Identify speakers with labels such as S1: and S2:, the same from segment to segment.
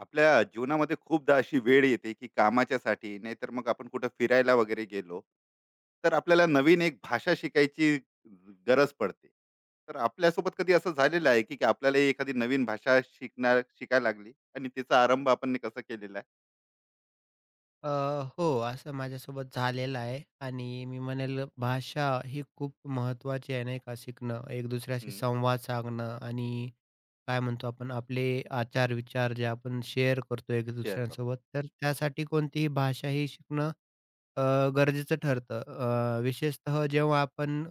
S1: आपल्या जीवनामध्ये खूपदा अशी वेळ येते की कामाच्यासाठी नाहीतर मग आपण कुठं फिरायला वगैरे गेलो तर आपल्याला नवीन एक भाषा शिकायची गरज पडते. तर आपल्यासोबत कधी असं झालेलं आहे की की आपल्याला एखादी नवीन भाषा शिकणार शिकायला लागली आणि तिचा आरंभ आपण कसं केलेला आहे?
S2: अ, हो, असं माझ्यासोबत झालेलं आहे. आणि मी म्हणेल भाषा ही खूप महत्त्वाची आहे नाही का, शिकणं, एक दुसऱ्याशी
S1: हम्म,
S2: संवाद साधणं आणि काय म्हणतो आपण आपले आचार-विचार जे आपण शेअर करतो एक
S1: शेअर करतो.
S2: दुसऱ्यांसोबत, तर त्यासाठी कोणतीही भाषा ही शिकणं अ, गरजेचं ठरतं. विशेषतः जेव्हा आपण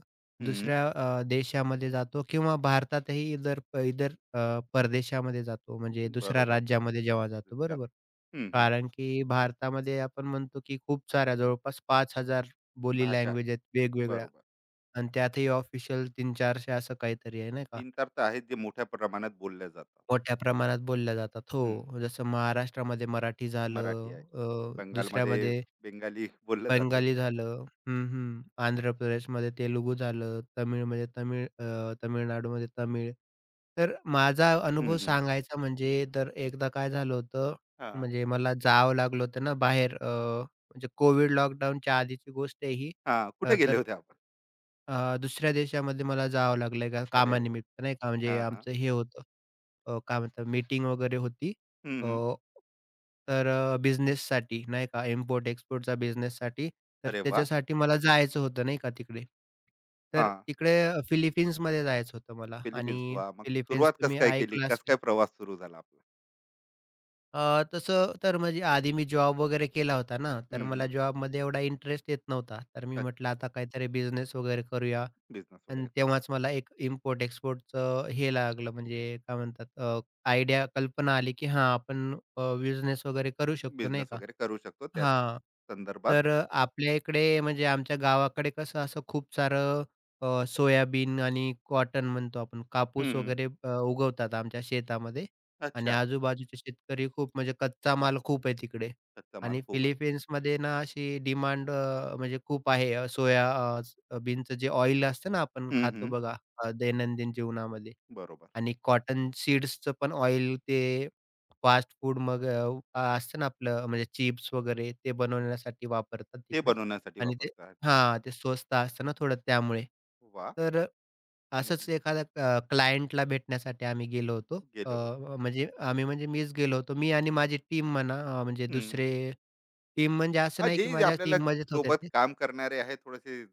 S1: हम्म,
S2: दुसऱ्या देशामध्ये जातो किंवा भारतातही इतर इतर परदेशामध्ये जातो म्हणजे दुसऱ्या
S1: बरोबर.
S2: राज्यामध्ये जेव्हा जातो,
S1: जात.
S2: बरोबर?
S1: हम्म, हम्म,
S2: कारण की भारतामध्ये आपण म्हणतो की खूप साऱ्या जवळपास 5,000 बोली
S1: भाषा
S2: लँग्वेज
S1: आहे.
S2: आहेत वेगवेगळ्या,
S1: बरोबर.
S2: आणि त्यातही ऑफिशियल 300-400 असं काहीतरी आहे नाही का?
S1: तीन चार तर आहेत जे मोठ्या प्रमाणात बोलल्या जातात.
S2: मोठ्या प्रमाणात बोलल्या जातात.
S1: हम्म,
S2: हो, जसं महाराष्ट्रामध्ये मराठी
S1: मराठी
S2: झालं,
S1: आहे. बंगालमध्ये
S2: दुसऱ्यामध्ये
S1: बेंगाली बोललं जाते.
S2: बंगाली झालं. हं, हं. आंध्र प्रदेशमध्ये तेलुगू झालं. तमिळमध्ये तमिळ, तामिळनाडूमध्ये तमिळ. तर माझा अनुभव
S1: हम्म,
S2: सांगायचा म्हणजे, तर एकदा काय झालं होतं,
S1: हां,
S2: म्हणजे मला जावं लागलं होतं ना बाहेर, म्हणजे कोविड लॉकडाऊनच्या आधीची गोष्ट आहे ही.
S1: हां. कुठे
S2: अ,
S1: गेले
S2: तर
S1: होते आपण?
S2: दुसऱ्या देशामध्ये मला जावं लागलं का
S1: अरे वा,
S2: कामानिमित्त नाही का, म्हणजे
S1: हां, हां.
S2: आमचं हे होतं, काय म्हणतात, मीटिंग वगैरे होती.
S1: हं,
S2: अ,
S1: हं.
S2: बिझनेससाठी नाही का, इम्पोर्ट एक्सपोर्टचा बिझनेससाठी. तर
S1: अरे वाह!
S2: त्याच्यासाठी मला जायचं होतं नाही का तिकडे. तर
S1: हां.
S2: तिकडे फिलिपिन्समध्ये जायचं होतं मला
S1: फिलिपिन्स
S2: आणि
S1: वा, मग
S2: फिलिपिन्स
S1: सुरुवात कसं
S2: तुम्ही
S1: काय केली?
S2: ऐकलं
S1: कसं
S2: असेल.
S1: काय प्रवास सुरू झाला आपला?
S2: तसं तर म्हणजे आधी मी जॉब वगैरे केला होता ना, तर
S1: हं,
S2: मला
S1: हं.
S2: जॉबमध्ये एवढा इंटरेस्ट येत नव्हता. तर मी
S1: अच्छा.
S2: म्हटलं आता काहीतरी बिझनेस वगैरे करूया.
S1: बिझनेस
S2: आणि
S1: वगैरे करू.
S2: तेव्हाच मला एक इम्पोर्ट एक्सपोर्टचं हे लागलं, म्हणजे काय म्हणतात, आयडिया, कल्पना आली, की हां, आपण बिझनेस वगैरे करू शकतो नाही
S1: बिझनेस
S2: का?
S1: वगैरे करू शकतो त्या
S2: हां.
S1: संदर्भात.
S2: तर आपल्या इकडे म्हणजे आमच्या गावाकडे कसं असं खूप सारं सोयाबीन आणि कॉटन म्हणतो आपण
S1: हं,
S2: कापूस
S1: हं.
S2: वगैरे उगवतात आमच्या शेतामध्ये, आणि
S1: अच्छा.
S2: आजूबाजूचे शेतकरी खूप म्हणजे कच्चा माल खूप आहे तिकडे.
S1: कच्चा माल
S2: आणि
S1: खूप आहे.
S2: फिलिपिन्समध्ये ना अशी डिमांड म्हणजे खूप आहे, अ, सोया अ, स- बीनचं जे ऑइल असतं ना आपण
S1: हं,
S2: खातो
S1: हं.
S2: बघा दैनंदिन जीवनामध्ये.
S1: बरोबर.
S2: आणि कॉटन सीड्सचं पण ऑइल ते फास्ट फूड मग असतं ना आपलं, म्हणजे चिप्स वगैरे ते बनवण्यासाठी वापरतात
S1: ते
S2: तिकडे.
S1: बनवण्यासाठी
S2: आणि ते,
S1: वापरत आहेत.
S2: हां, ते स्वस्त असतं ना थोडं, त्यामुळे.
S1: वाह!
S2: तर
S1: हं,
S2: असंच एखाद्या क्लायंटला भेटण्यासाठी आम्ही गेलो होतो.
S1: गेले होते.
S2: म्हणजे आम्ही म्हणजे मीच गेलो होतो. मी आणि माझी टीम म्हणा, म्हणजे
S1: हं, हं.
S2: दुसरे, टीम म्हणजे असं
S1: हां,
S2: नाही
S1: जे
S2: की
S1: जे
S2: माझ्या
S1: आपल्याला
S2: टीममध्येच होते
S1: सोबत
S2: ते.
S1: काम करणारे आहेत थोडेसे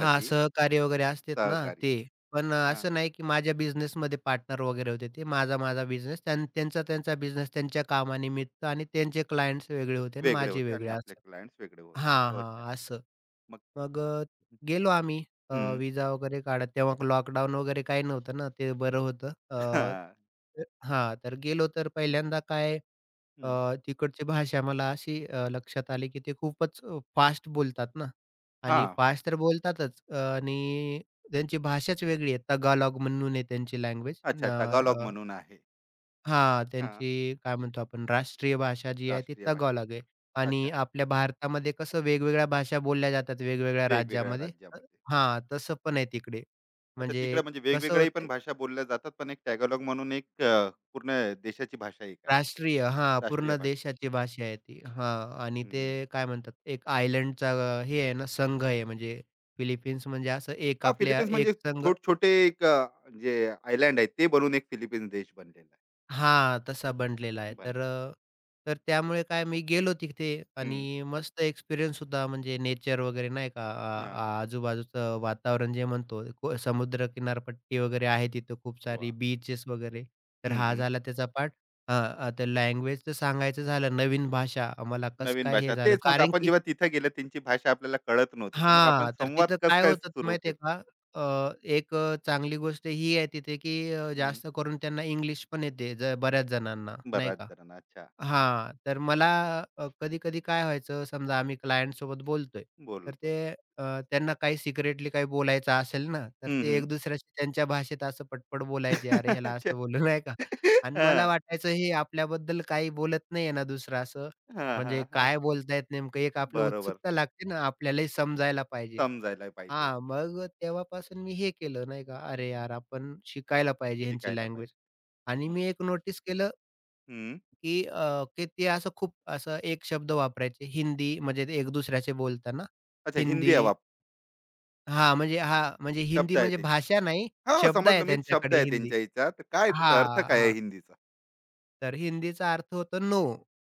S2: हां, सहकारी वगैरे असतेत ना
S1: सहकारी.
S2: ते. पण
S1: हां.
S2: असं नाही की माझ्या बिझनेसमध्ये पार्टनर वगैरे होते ते. माझा माझा बिझनेस, त्यांचा बिझनेस, त्यांच्या कामानिमित्त, आणि त्यांचे क्लायंट्स वेगळे होते आणि
S1: वेगळे
S2: माझे
S1: होते आणि
S2: वेगळे,
S1: आपले
S2: असं.
S1: क्लायंट्स वेगळे होते.
S2: हां,
S1: अच्छा.
S2: हां. असं.
S1: मग
S2: मग अ, गेलो आम्ही,
S1: हं.
S2: विजा वगैरे काढत. तेव्हा लॉकडाऊन वगैरे काही नव्हतं ना, ते बरं होतं.
S1: हां.
S2: तर हां, तर गेलो, तर पहिल्यांदा काय,
S1: हं.
S2: तिकडची भाषा मला अशी लक्षात आली, की ते खूपच फास्ट बोलतात ना. आणि
S1: हां.
S2: फास्ट तर बोलतातच, आणि त्यांची भाषाच वेगळी आहे. तगालॉग म्हणून आहे त्यांची लँग्वेज.
S1: अच्छा टॅगलॉग म्हणून आहे.
S2: हां,
S1: हां.
S2: त्यांची काय म्हणतो आपण, राष्ट्रीय भाषा जी आहे ती
S1: राष्ट्रीय भाषा.
S2: तगालॉग आहे. आणि
S1: अच्छा.
S2: आपल्या भारतामध्ये कसं वेगवेगळ्या भाषा बोलल्या जातात वेगवेगळ्या
S1: वेगवेगळ्या
S2: राज्यामध्ये.
S1: राज्यामध्ये.
S2: हां, तसं पण आहे तिकडे.
S1: अच्छा
S2: म्हणजे
S1: तिकडे म्हणजे
S2: कसं
S1: वेगवेगळ्या पण
S2: होतं
S1: भाषा बोलल्या जातात, पण एक टॅगलॉग म्हणून एक पूर्ण देशाची भाषा एक आहे.
S2: राष्ट्रीय, हां,
S1: राष्ट्रीय
S2: पूर्ण
S1: भाषा.
S2: देशाची भाषा आहे ती. हां, आणि ते
S1: हं.
S2: काय म्हणतात, एक आयर्लंडचा हे आहे ना, संघ आहे म्हणजे, फिलिपिन्स म्हणजे असं एक
S1: हां,
S2: आपल्या
S1: फिलिपिन्स म्हणजे
S2: एक संघ,
S1: छोटे-छोटे एक जे आयलँड आहेत ते बनून एक फिलिपिन्स देश बनलेला आहे.
S2: हां, तसा बनलेला आहे.
S1: बनले.
S2: तर त्यामुळे काय, मी गेलो तिथे आणि
S1: हं.
S2: मस्त एक्सपिरियन्स होता, म्हणजे नेचर वगैरे नाही का, आ
S1: हां.
S2: आ आजूबाजूचं वातावरण जे म्हणतो, को समुद्र किनारपट्टी वगैरे आहे तिथं, खूप सारी
S1: वाह!
S2: बीचेस वगैरे. तर
S1: हं,
S2: हा
S1: हं.
S2: झाला त्याचा पार्ट. हां, आता लँग्वेजचं सांगायचं झालं, नवीन भाषा आम्हाला कसं
S1: नवीन
S2: काय
S1: भाषा.
S2: हे झालं
S1: तेच मग
S2: कारण
S1: आपण
S2: की,
S1: जेव्हा तिथे गेलो त्यांची भाषा आपल्याला कळत नव्हती, तर मग आपण
S2: हां, तर
S1: संवाद
S2: तिथं
S1: कसं
S2: काय
S1: काय
S2: होतं
S1: सुरू
S2: माहिती आहे
S1: केलं?
S2: का, अ, एक चांगली गोष्ट ही आहे तिथे की जास्त करून त्यांना इंग्लिश पण येते, ज बऱ्याच जणांना नाही
S1: बऱ्याच
S2: का?
S1: जणांना अच्छा
S2: हां, तर मला, कधी-कधी काय व्हायचं, समजा आम्ही क्लायंटसोबत बोलतोय, तर
S1: बोलतोय.
S2: ते, त्यांना काही सिक्रेटली काही बोलायचं असेल ना, तर
S1: हं,
S2: ते
S1: हं.
S2: एक दुसऱ्याशी त्यांच्या भाषेत असं पटपट बोलायचे, "अरे, ह्याला
S1: अच्छा.
S2: असं बोललं," नाही का? आणि मला
S1: हां.
S2: वाटायचं, हे आपल्याबद्दल काही बोलत नाहीये ना दुसरा, असं,
S1: हां,
S2: म्हणजे
S1: हां, हां.
S2: काय बोलतायत नेमकं, एक आपलं
S1: बरोबर.
S2: उत्सुकता लागते ना, आपल्यालाही समजायला पाहिजे.
S1: समजायला पाहिजे,
S2: हां, मग तेव्हापासून मी हे केलं नाही का, "अरे यार, आपण शिकायला पाहिजे ह्यांची
S1: शिकायला
S2: लँग्वेज."
S1: पाहिजे.
S2: आणि
S1: मग
S2: मी एक नोटीस केलं
S1: हं.
S2: की की ते असं खूप असं एक शब्द वापरायचे, हिंदी, म्हणजे ते एक दुसऱ्याचे बोलताना.
S1: अच्छा हिंदी
S2: हिंदी,
S1: आहे वाप
S2: हां, म्हणजे हां, म्हणजे
S1: शब्द
S2: हिंदी
S1: आहे
S2: म्हणजे
S1: त्यांच्या.
S2: भाषा नाही,
S1: हो,
S2: शब्द आहे
S1: समजलं मी शब्द
S2: त्यांच्याकडे
S1: आहे
S2: हिंदी.
S1: त्यांच्या ह्याचा. तर काय त्याचा अर्थ
S2: हां,
S1: काय आहे
S2: हां.
S1: हिंदीचा?
S2: तर हिंदीचा अर्थ होतो नो,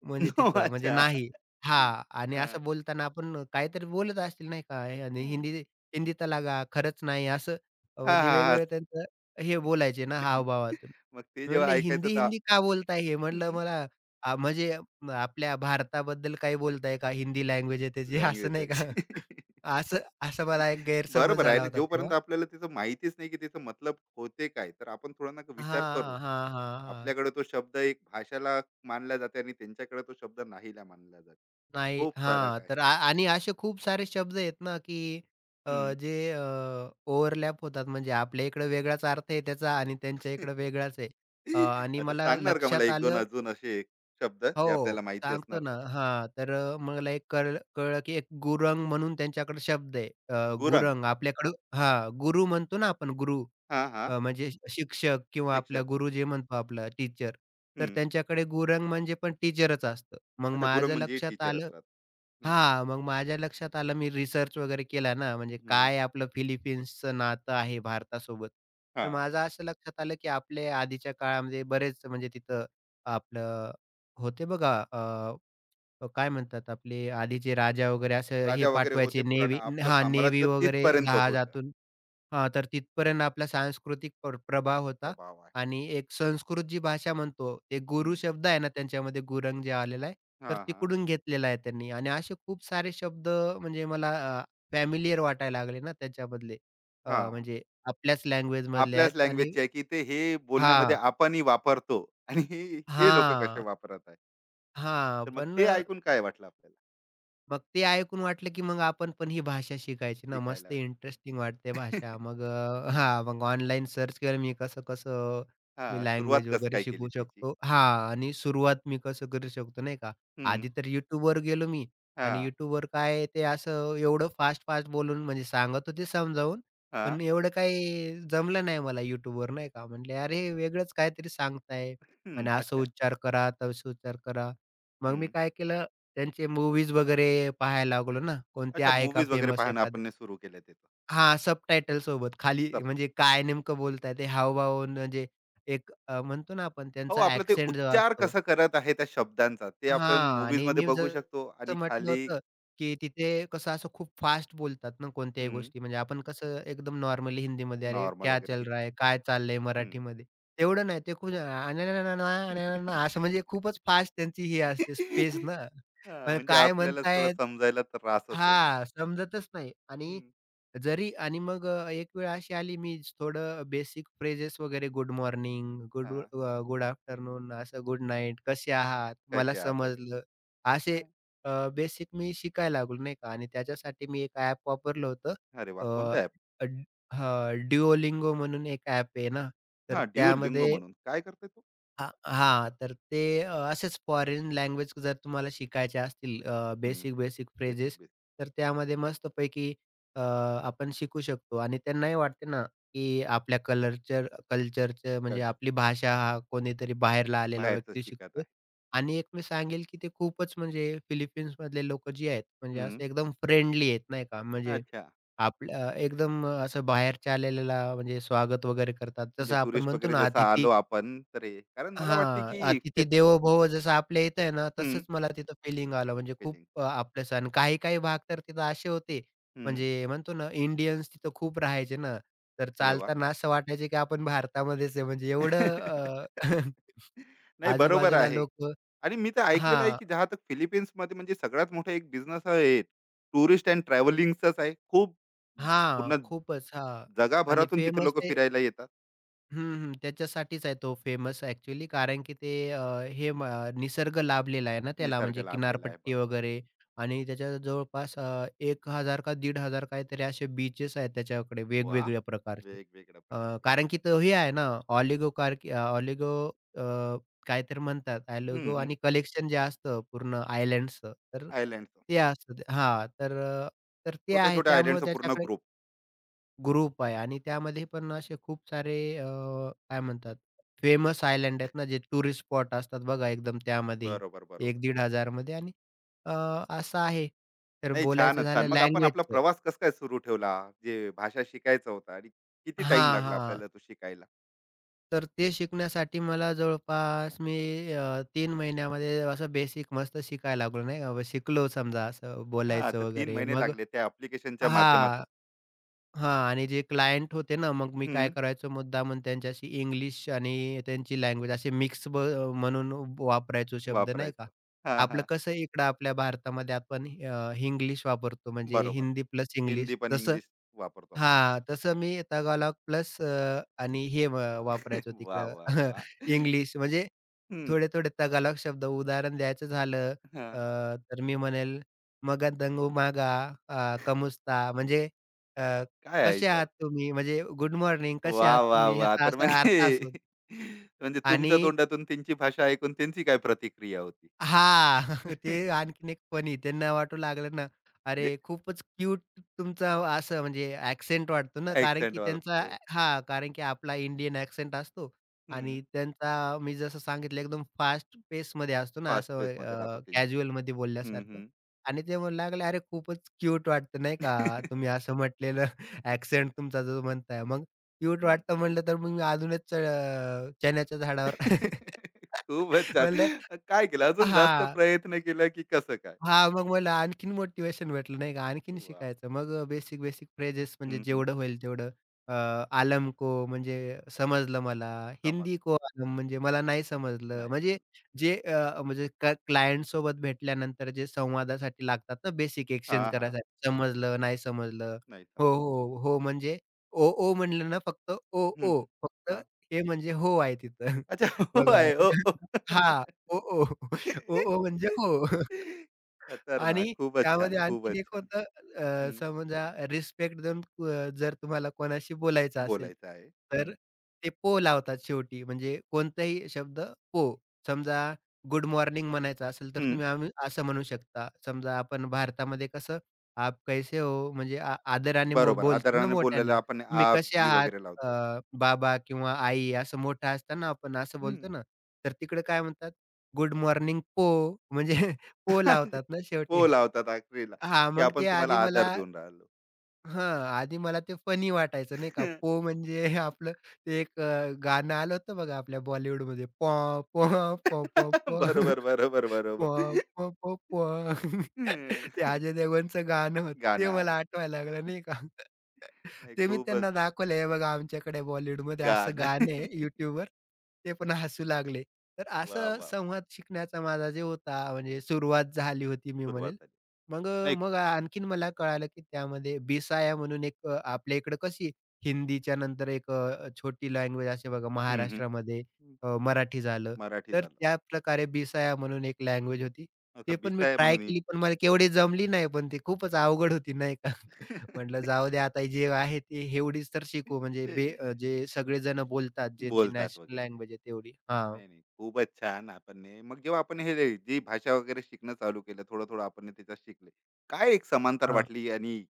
S2: म्हणजे
S1: हो,
S2: तिथं म्हणजे
S1: अच्छा.
S2: नाही. हां, आणि
S1: हां.
S2: असं बोलताना आपण काहीतरी बोलत असतील नाही का हे- आणि हिंदी हिंदी तर खरंच नाही असं,
S1: हां,
S2: म्हणजे
S1: हां, हां.
S2: वेगवेगळं त्यांचं हे बोलायचे ना हावभावातून.
S1: मग ते
S2: मी
S1: जेव्हा
S2: म्हटलं,
S1: ऐकायचं
S2: हिंदी,
S1: तर
S2: हिंदी का बोलताय हे? म्हटलं मला, म्हणजे आपल्या भारताबद्दल काही बोलताय का? हिंदी लँग्वेज आहे त्याची असं नाही
S1: लँग्वेज
S2: का? असं, असा मला एक गैरसमज
S1: बरोबर आहे
S2: झाला
S1: ना.
S2: होता
S1: जोपर्यंत
S2: तेव्हा.
S1: आपल्याला त्याचं माहितीच नाही की त्याचा मतलब होते काय, तर आपण थोडा ना विचार करू.
S2: हां, हां, हां, हां.
S1: आपल्याकडे तो शब्द एक भाषाला मानला जाते आणि त्यांच्याकडे तो शब्द नाहीला मानला जाते.
S2: नाही.
S1: खूप
S2: हां,
S1: फरक आहे.
S2: तर आणि असे खूप सारे शब्द आहेत ना, की अ,
S1: हं.
S2: जे अ, ओव्हरलॅप होतात. म्हणजे आपल्या इकडे वेगळाच अर्थ आहे त्याचा आणि त्यांच्या इकडे वेगळाच आहे. आणि
S1: आता
S2: मला
S1: सांगणार का मला
S2: लक्षात
S1: 1-2
S2: आलं,
S1: अजून असे शब्द जे
S2: हो,
S1: आपल्याला माहिती
S2: सांगतो
S1: असणार
S2: ना.
S1: तर?
S2: हां, तर मला एक कळलं कळलं की एक गुरंग म्हणून त्यांच्याकडे शब्द आहे.
S1: गुरंग.
S2: गुरंग आपल्याकडं, हां, गुरु म्हणतो ना आपण, गुरु,
S1: हां, हां.
S2: म्हणजे शिक्षक किंवा आपला
S1: शिक्षक.
S2: गुरु जे म्हणतो, आपला टीचर. तर
S1: हं.
S2: त्यांच्याकडे गुरंग म्हणजे पण टीचरच असतं. मग
S1: अच्छा गुरंग
S2: माझं
S1: म्हणजे
S2: लक्षात
S1: टीचरच
S2: आलं,
S1: राहतात. हं,
S2: हां, मग माझ्या लक्षात आलं, मी रिसर्च वगैरे केला ना, म्हणजे
S1: हं.
S2: काय आपलं फिलिपिन्सचं नातं आहे भारतासोबत. तर
S1: हां.
S2: माझं असं लक्षात आलं, की आपले आधीच्या काळामध्ये बरेच म्हणजे तिथं आपलं होते बघा, काय म्हणतात, आपले आधीचे राजा वगैरे असं हे
S1: राजा वगैरे
S2: पाठवायचे,
S1: होते पुराण
S2: नेव्ही,
S1: आपलं
S2: हां, नेव्ही
S1: साम्राज्य
S2: वगैरे
S1: तिथपर्यंत होतं.
S2: जहाजातून. हां, तर तिथपर्यंत आपला सांस्कृतिक प्रभाव होता.
S1: प्रभाव आहे.
S2: आणि एक संस्कृत जी भाषा म्हणतो, ते
S1: हं.
S2: गुरु शब्द आहे ना त्यांच्यामध्ये गुरंग जे आलेला आहे, तर
S1: हां, हां.
S2: तिकडून घेतलेला आहे त्यांनी. आणि असे खूप सारे शब्द म्हणजे मला अ, वाटायला लागले ना त्याच्यामधले.
S1: हां.
S2: म्हणजे आपल्याच लँग्वेजमधले आहेत.
S1: आपल्याच
S2: आणि
S1: लँग्वेजची आहे की ते हे बोलण्यामध्ये
S2: हां,
S1: आपणही वापरतो आणि हे लोकं कसे
S2: हां,
S1: वापरत आहे.
S2: हां.
S1: तर मग
S2: पण
S1: ते ऐकून काय वाटलं आपल्याला
S2: मग ते ऐकून वाटलं, की मग आपण पण ही भाषा शिकायची ना. मस्त
S1: शिकायला?
S2: इंटरेस्टिंग वाटते भाषा. हां, मग ऑनलाईन सर्च केलं मी, कसं-कसं मी
S1: हां, सुरुवात
S2: लँग्वेज
S1: कसं
S2: वगैरे
S1: काय केली
S2: शिकू
S1: त्याची?
S2: शकतो. हां, आणि सुरुवात मी कसं करू शकतो नाही का.
S1: हं,
S2: आधी तर YouTubeवर गेलो मी, आणि
S1: हां,
S2: YouTubeवर काय, ते असं एवढं फास्ट-फास्ट बोलून म्हणजे सांगत होते समजावून, पण
S1: हां.
S2: एवढं काही जमलं नाही मला YouTubeवर नाही का. म्हटले, "अरे, वेगळंच काहीतरी सांगताय
S1: हं,
S2: आणि असा
S1: अच्छा.
S2: उच्चार करा, तसा उच्चार करा." मग मी
S1: हं.
S2: काय केलं, त्यांचे मूव्हीज वगैरे पाहायला लागलो ना, कोणती
S1: अच्छा
S2: आहे का
S1: मूव्हीज वगैरे
S2: फेमस
S1: पाहणं
S2: एखादी,
S1: आपण सुरू केलं त्याचं.
S2: हां, सबटायटल सोबत खाली
S1: सब
S2: म्हणजे काय नेमकं बोलताय ते, हावभाव म्हणजे एक म्हणतो ना आपण
S1: हो,
S2: त्यांचा
S1: आपलं ते
S2: ॲक्सेंट जो
S1: उच्चार
S2: असतो,
S1: कसं करत आहे त्या शब्दांचा ते आपण
S2: हां. आणि
S1: मूव्हीजमध्ये
S2: मी
S1: बघू शकतो आणि
S2: जसं म्हटलं
S1: खाली
S2: होतं, की तिथे कसं असं खूप फास्ट बोलतात ना कोणत्याही
S1: हं,
S2: गोष्टी. म्हणजे आपण कसं एकदम नॉर्मली हिंदीमध्ये, "अरे
S1: नॉर्मल
S2: क्या
S1: वगैरे
S2: चल
S1: हिं
S2: रहा है? काय चाललंय?"
S1: हं.
S2: मराठीमध्ये. तेवढं नाही. ते खूप "अनननननननननन" असं, म्हणजे खूपच फास्ट त्यांची ही
S1: हां,
S2: असते स्पेस ना. पण
S1: म्हणजे
S2: काय
S1: आपल्याला थोडं
S2: म्हणतायत,
S1: समजायला त्रासच होणार.
S2: हां, समजतच नाही. आणि
S1: हं,
S2: जरी, आणि एक वेळ अशी आली, मी थोडं बेसिक फ्रेजेस वगैरे, गुड मॉर्निंग, गुड
S1: हां,
S2: गुड आफ्टरनून, असं, गुड नाईट, कसे आहात, मला
S1: कसे आहात
S2: समजलं.
S1: वगैरे.
S2: असे
S1: हं.
S2: बेसिक मी शिकायला लागलो नाही का, आणि त्याच्यासाठी मी एक ॲप वापरलं होतं.
S1: अरे वाह!
S2: अ,
S1: कोणतं ॲप?
S2: अ, हां, Duolingo म्हणून एक ॲप आहे ना, तर
S1: हां, लिंगो
S2: त्यामध्ये,
S1: म्हणून. काय करते तो?
S2: हां, हां. तर ते, असेच फॉरेन लँग्वेज जर तुम्हाला शिकायच्या असतील,
S1: हं,
S2: basic, basic
S1: basic,
S2: phrases,
S1: basic
S2: तर त्यामध्ये मस्तपैकी अ, आपण शिकू शकतो. आणि त्यांनाही वाटते ना, की आपल्या कल्चरचं म्हणजे
S1: कळतं.
S2: आपली भाषा हा कोणीतरी बाहेरला आलेला
S1: बाहेरचं
S2: व्यक्ती
S1: शिकत आहे.
S2: शिकतोय. आणि एक मी सांगेल, की ते खूपच म्हणजे फिलिपिन्समधले लोकं जी आहेत, म्हणजे
S1: हं,
S2: असं एकदम फ्रेंडली आहेत नाही का. म्हणजे
S1: अच्छा.
S2: आपल्या एकदम असं बाहेरच्या आलेल्याला म्हणजे स्वागत वगैरे करतात.
S1: म्हणजे
S2: जसं आपण
S1: टुरिस्ट
S2: म्हणतो
S1: वगैरे
S2: ना,
S1: जसं
S2: अतिथी,
S1: आलो आपण, तर हे कारण मला वाटते
S2: हां,
S1: की ते
S2: "अतिथी देवो भव" जसं आपल्या इथं आहे ना,
S1: हं,
S2: तसंच मला तिथं फिलिंग आलं. म्हणजे खूप
S1: स्पेलिंग.
S2: आपलंस, आणि काही-काही भाग तर तिथं असे होते,
S1: हं,
S2: म्हणजे म्हणतो ना, इंडियन्स तिथं खूप राहायचे ना, तर
S1: अरे वा
S2: चालताना असं वाटायचं की आपण भारतामध्येच आहे. म्हणजे एवढं
S1: नाही, बरोबर
S2: आजूबाजूला
S1: आहे.
S2: लोकं,
S1: आणि मी तर ऐकलेलं आहे
S2: हां.
S1: की जहाँ तक फिलिपिन्समध्ये म्हणजे सगळ्यात मोठा एक बिझनेस आहे, टुरिस्ट एंड ट्रॅव्हलिंगचाच आहे. खूप
S2: हां,
S1: पूर्ण
S2: खूपच. हां. आणि
S1: जगभरातून तिथे
S2: फेमस
S1: लोकं
S2: ते,
S1: फिरायला येतात.
S2: हं, हं. त्याच्यासाठीच आहे तो फेमस ॲक्चुअली, कारण की ते, अ, हे म निसर्ग लाभलेला आहे ना त्याला,
S1: निसर्ग
S2: म्हणजे
S1: लाभलेला आहे.
S2: किनारपट्टी
S1: बरोबर.
S2: वगैरे. आणि त्याच्या जवळपास 1,000 का 1,500 काहीतरी असे बीचेस आहेत त्याच्याकडे
S1: वाह!
S2: वेगवेगळ्या प्रकारचे.
S1: वेगवेगळ्या प्रकारचे.
S2: कारण की तो हे आहे ना, ऑलिगो कार ऑलिगो अ, काहीतरी म्हणतात
S1: हं,
S2: ऑलिगो,
S1: हं.
S2: आणि कलेक्शन जे असतं पूर्ण आयलँड्सचं, तर
S1: आयलँडचं.
S2: ते असतं. तर ते आहे,
S1: छोट्या-छोट्या
S2: त्यामुळे
S1: आयलँडचा पूर्ण
S2: त्याच्याकडे
S1: ग्रुप.
S2: ग्रुप आहे. आणि त्यामध्ये पण असे खूप सारे काय म्हणतात, फेमस आयलंड आहेत ना, जे टुरिस्ट स्पॉट असतात बघा एकदम, त्यामध्ये
S1: बरोबर,
S2: एक
S1: बरोबर.
S2: 1,500-1,500 मध्ये. आणि अ, असं आहे. तर
S1: नाही
S2: बोलायचं
S1: छानच छान.
S2: झालं
S1: मग आपण आपला
S2: लँग्वेजचं,
S1: प्रवास कसं काय सुरू ठेवला? जे भाषा शिकायचा होता आणि किती टाइम
S2: हां,
S1: लागला
S2: हां.
S1: आपल्याला तो शिकायला?
S2: तर ते शिकण्यासाठी मला जवळपास मी 3 महिन्यामध्ये असं बेसिक मस्त शिकायला लागलो नाही का. व शिकलो समजा, असं
S1: हां, तर
S2: बोलायचं
S1: 3
S2: वगैरे.
S1: महिने
S2: मग,
S1: लागले त्या ॲप्लिकेशनच्या
S2: हां.
S1: माध्यमातून
S2: हां, आणि जे क्लायंट होते ना, मग मी काय
S1: हं,
S2: करायचो मुद्दामून, त्यांच्याशी इंग्लिश आणि त्यांची लँग्वेज असे मिक्स, म्हणून वापरायचो शब्द नाही का.
S1: वापरायचं. हां,
S2: आपलं
S1: हां.
S2: कसं इकडं आपल्या भारतामध्ये आपण हिंग्लिश वापरतो म्हणजे
S1: बरोबर.
S2: हिंदी प्लस
S1: हिंदी
S2: इंग्लिश
S1: पण
S2: तसं.
S1: इंग्लिश वापरतो आपण.
S2: हां, तसं मी तागालॉग प्लस आणि हे व वापरायचो
S1: वाह,
S2: तिकडं
S1: वाह, वाह!
S2: इंग्लिश म्हणजे
S1: हं,
S2: थोडे-थोडे तागालॉग शब्द उदाहरण द्यायचं झालं, अ,
S1: हां.
S2: तर मी म्हणेल, "मगादंगू मागा कमुस्ता" म्हणजे अ,
S1: काय आहे
S2: "कसे
S1: याचा
S2: आहात
S1: अर्थ?
S2: तुम्ही?" म्हणजे "गुड मॉर्निंग, कसे
S1: वाह,
S2: आहात तुम्ही?"
S1: वाह,
S2: ह्याचा
S1: तर मग
S2: असा
S1: हे
S2: अर्थ असतो.
S1: म्हणजे
S2: आणि
S1: तुमच्या तोंडातून त्यांची भाषा ऐकून त्यांची काय प्रतिक्रिया होती?
S2: हां. ते आणखीन एक फनी त्यांना वाटू लागलं ना, अरे खूपच क्यूट तुमचा असं म्हणजे ॲक्सेंट वाटतो ना, कारण
S1: ॲक्सेंट
S2: की त्यांचा.
S1: वाजतो.
S2: हां, कारण की आपला इंडियन ॲक्सेंट असतो
S1: हं.
S2: आणि त्यांचा मी जसं सांगितलं एकदम फास्ट पेसमध्ये असतो ना,
S1: फास्ट
S2: असं
S1: पेसमध्ये राहतो त्यांचं.
S2: कॅज्युअलमध्ये
S1: हं,
S2: बोलल्यासारखं.
S1: हं.
S2: आणि ते म्हणू लागले, "अरे खूपच क्यूट वाटतं नाही का, तुम्ही असं म्हटलेलं ॲक्सेंट तुमचा जो म्हणताय." मग क्यूट
S1: हं.
S2: वाटतं म्हटलं तर मग मी अजूनच चण्याच्या झाडावर
S1: खूपच छान.
S2: म्हणलं.
S1: काय केलं? अजून जास्त
S2: हां.
S1: प्रयत्न केला की कसं काय?
S2: हां, मग मला आणखीन मोटिव्हेशन भेटलं नाही का, आणखीन
S1: वाह!
S2: शिकायचं. मग बेसिक, बेसिक फ्रेजेस म्हणजे
S1: हं, हं.
S2: जेवढं होईल तेवढं. अ, "आलम को" म्हणजे समजलं मला.
S1: समजलं.
S2: "हिंदी को आलम" म्हणजे मला नाही समजलं.
S1: नाही
S2: म्हणजे
S1: समजलं.
S2: जे म्हणजे क्लायंटसोबत भेटल्यानंतर जे संवादासाठी लागतात ना बेसिक एक्सचेंज
S1: हां, हां.
S2: करायसाठी. समजलं, नाही समजलं.
S1: नाही
S2: हो,
S1: समजलं.
S2: हो, हो म्हणजे ओ, ओ म्हणलं ना, फक्त ओ,
S1: हं,
S2: ओ.
S1: हं.
S2: फक्त
S1: हां.
S2: हे म्हणजे हो आहे तिथं.
S1: अच्छा हो
S2: बघा.
S1: आहे. हो, हो.
S2: हां, ओ, ओ. ओ, ओ म्हणजे हो.
S1: खतरनाक.
S2: आणि
S1: खूपच छान,
S2: त्यामध्ये आणखीन
S1: खूपच
S2: एक
S1: छान.
S2: होतं.
S1: हं.
S2: समजा रिस्पेक्ट देऊन, जर तुम्हाला कोणाशी बोलायचं असेल,
S1: बोलायचं आहे. हं.
S2: तर ते पो लावतात शेवटी. म्हणजे कोणताही शब्द पो. समजा गुड मॉर्निंग म्हणायचं असेल, तर
S1: हं.
S2: तुम्ही आम्ही असं म्हणू शकता. समजा आपण भारतामध्ये कसं आप कैसे हो? म्हणजे आदराने
S1: बरोबर.
S2: बोलतो ना
S1: आदराने बोलायला
S2: मोठ्यांना.
S1: आपण
S2: तुम्ही
S1: आप,
S2: कसे
S1: जी
S2: आहात.
S1: वगैरे
S2: अ,
S1: लावतो.
S2: बाबा किंवा आई असं मोठं असताना आपण असं बोलतो ना, तर तिकडे काय म्हणतात? गुड मॉर्निंग पो. म्हणजे पो लावतात ना शेवटी.
S1: हो लावतात आखरीला,
S2: हां,
S1: की
S2: मग
S1: आपण
S2: ते आधी
S1: तुम्हाला आधार
S2: मला.
S1: देऊन राहिलो.
S2: हां, आधी मला ते फनी वाटायचं नाही का. पो म्हणजे आपलं ते एक गाणं आलं होतं बघा आपल्या बॉलिवूडमध्ये, पॉ पॉ पॉ पॉ पॉ.
S1: बरोबर, बरोबर, बरोबर.
S2: पॉ पॉ पॉ पॉ.
S1: हं,
S2: ते अजय देवगणचं गाणं होतं.
S1: गाणं
S2: ते
S1: आहे.
S2: मला आठवायला लागलं नाही का.
S1: नाही
S2: ते मी
S1: खूपच
S2: त्यांना दाखवलं, "हे बघा आमच्याकडे बॉलिवूडमध्ये असं
S1: गाणं.
S2: गाणं आहे YouTubeवर." ते पण हसू लागले. तर
S1: वाह,
S2: असं
S1: वाह!
S2: संवाद शिकण्याचा माझा जे होता म्हणजे सुरुवात झाली होती मी
S1: सुरुवात
S2: म्हणेल.
S1: झाली.
S2: मग
S1: नाही
S2: आणखीन मला कळालं, की त्यामध्ये बिसाया म्हणून एक, आपल्या इकडं कशी हिंदीच्या नंतर एक छोटी लँग्वेज असते बघा
S1: हं, हं.
S2: महाराष्ट्रामध्ये, मराठी झालं.
S1: मराठी
S2: तर
S1: झालं.
S2: त्याप्रकारे बिसाया म्हणून एक लँग्वेज होती.
S1: असा
S2: ते पण मी
S1: बिसाय
S2: ट्राय
S1: म्हणून एक
S2: केली, पण मला केवढी जमली नाही. पण ती खूपच अवघड होती नाही का. म्हटलं जाऊ दे, आता जे आहे ते एवढीच तर शिकू म्हणजे जे सगळेजण बोलतात ज्यांची
S1: बोलतात
S2: नॅशनल
S1: वगैरे. आहे.
S2: लँग्वेज आहे तेवढी. हां,
S1: नाही, नाही. खूपच छान आपण हे मग जेव्हा आपण हे जी भाषा वगैरे शिकणं चालू केलं, थोडं-थोडं आपण त्याच्यात शिकले. काय एक समांतर
S2: हां.
S1: वाटली आणि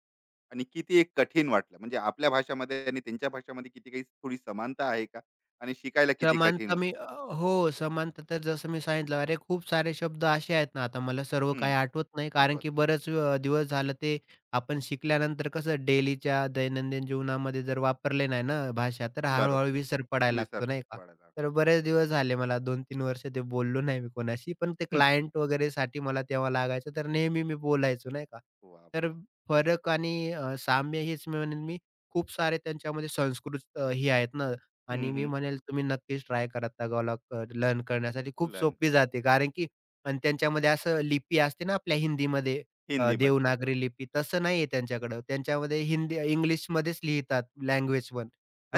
S1: आणि किती एक कठीण वाटलं म्हणजे आपल्या भाषामध्ये आणि त्यांच्या भाषामध्ये किती काही थोडी समानता आहे का आणि शिकायला किती कठीण
S2: समानता मी,
S1: होती.
S2: हो, समानता तर जसं मी सांगितलं, अरे खूप सारे शब्द असे आहेत ना, आता मला सर्व
S1: हम्म,
S2: काही आठवत नाही, कारण
S1: आठवत
S2: की
S1: नाही.
S2: बरेच दिवस झालं ते. आपण शिकल्यानंतर कसं डेलीच्या दैनंदिन जीवनामध्ये जर वापरले नाही ना भाषा, तर हळू-हळू
S1: बरोबर.
S2: विसर पडायला लागतो,
S1: विसर
S2: नाही का?
S1: पडायला.
S2: तर बरेच दिवस झाले मला 2-3 वर्ष ते बोललो नाही मी कोणाशी, पण ते
S1: हम्म,
S2: क्लायंट वगैरेसाठी मला तेव्हा लागायचं, तर नेहमी मी बोलायचो, नाही का?
S1: वा
S2: तर
S1: वा.
S2: फरक आणि साम्य हेच मी म्हणेन खूप सारे त्यांच्यामध्ये संस्कृत हे आहेत ना.
S1: हम्म,
S2: आणि मी
S1: हम्म,
S2: म्हणेल तुम्ही नक्कीच ट्राय करा तागालॉग लर्न करण्यासाठी खूप
S1: लन.
S2: सोपी जाते. कारण की आणि त्यांच्यामध्ये असं लिपी असते ना आपल्या हिंदीमध्ये
S1: हिंदीमध्ये
S2: देवनागरी लिपी तसं नाहीये त्यांच्याकडं. त्यांच्यामध्ये हिंदी इंग्लिशमध्येच लिहितात लँग्वेज पण.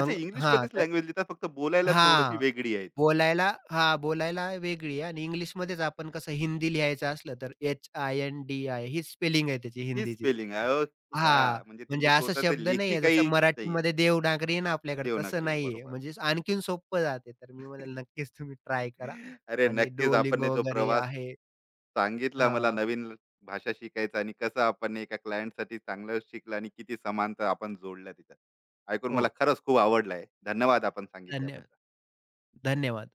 S1: अच्छा इंग्लिश
S2: हां,
S1: मध्येच
S2: तर
S1: लँग्वेज लिहितात फक्त बोलायला थोडीशी
S2: हां,
S1: वेगळी आहे ती.
S2: बोलायला हां, बोलायला वेगळी आहे आणि इंग्लिशमध्येच आपण कसं हिंदी लिहायचं असलं तर HINDI ही स्पेलिंग आहे त्याची
S1: ही
S2: हिंदीची.
S1: स्पेलिंग आहे
S2: हां,
S1: अच्छा म्हणजे
S2: म्हणजे
S1: त्यांची
S2: असा
S1: स्वतःचे
S2: शब्द
S1: लेखी
S2: नाहीये जसं
S1: काही नाही आहे.
S2: मराठीमध्ये देवनागरी आहे ना आपल्याकडे तसं
S1: देवनागरी आहे
S2: नाहीये.
S1: बरोबर.
S2: म्हणजे आणखीन सोपं जाते. तर मी म्हणेल नक्कीच तुम्ही ट्राय करा
S1: अरे
S2: आणि
S1: नक्कीच आपण हे
S2: Duolingo
S1: जो
S2: वगैरे
S1: प्रवास
S2: आहे.
S1: सांगितलं मला
S2: हां.
S1: नवीन भाषा शिकायचं आणि कसं आपण एका क्लायंटसाठी चांगलं शिकलं आणि किती समानता आपण जोडल्या तिच्यात. ऐकून मला
S2: हो.
S1: खरंच खूप आवडलं आहे. धन्यवाद आपण
S2: धन्य
S1: सांगितल्याबद्दल.
S2: धन्यवाद.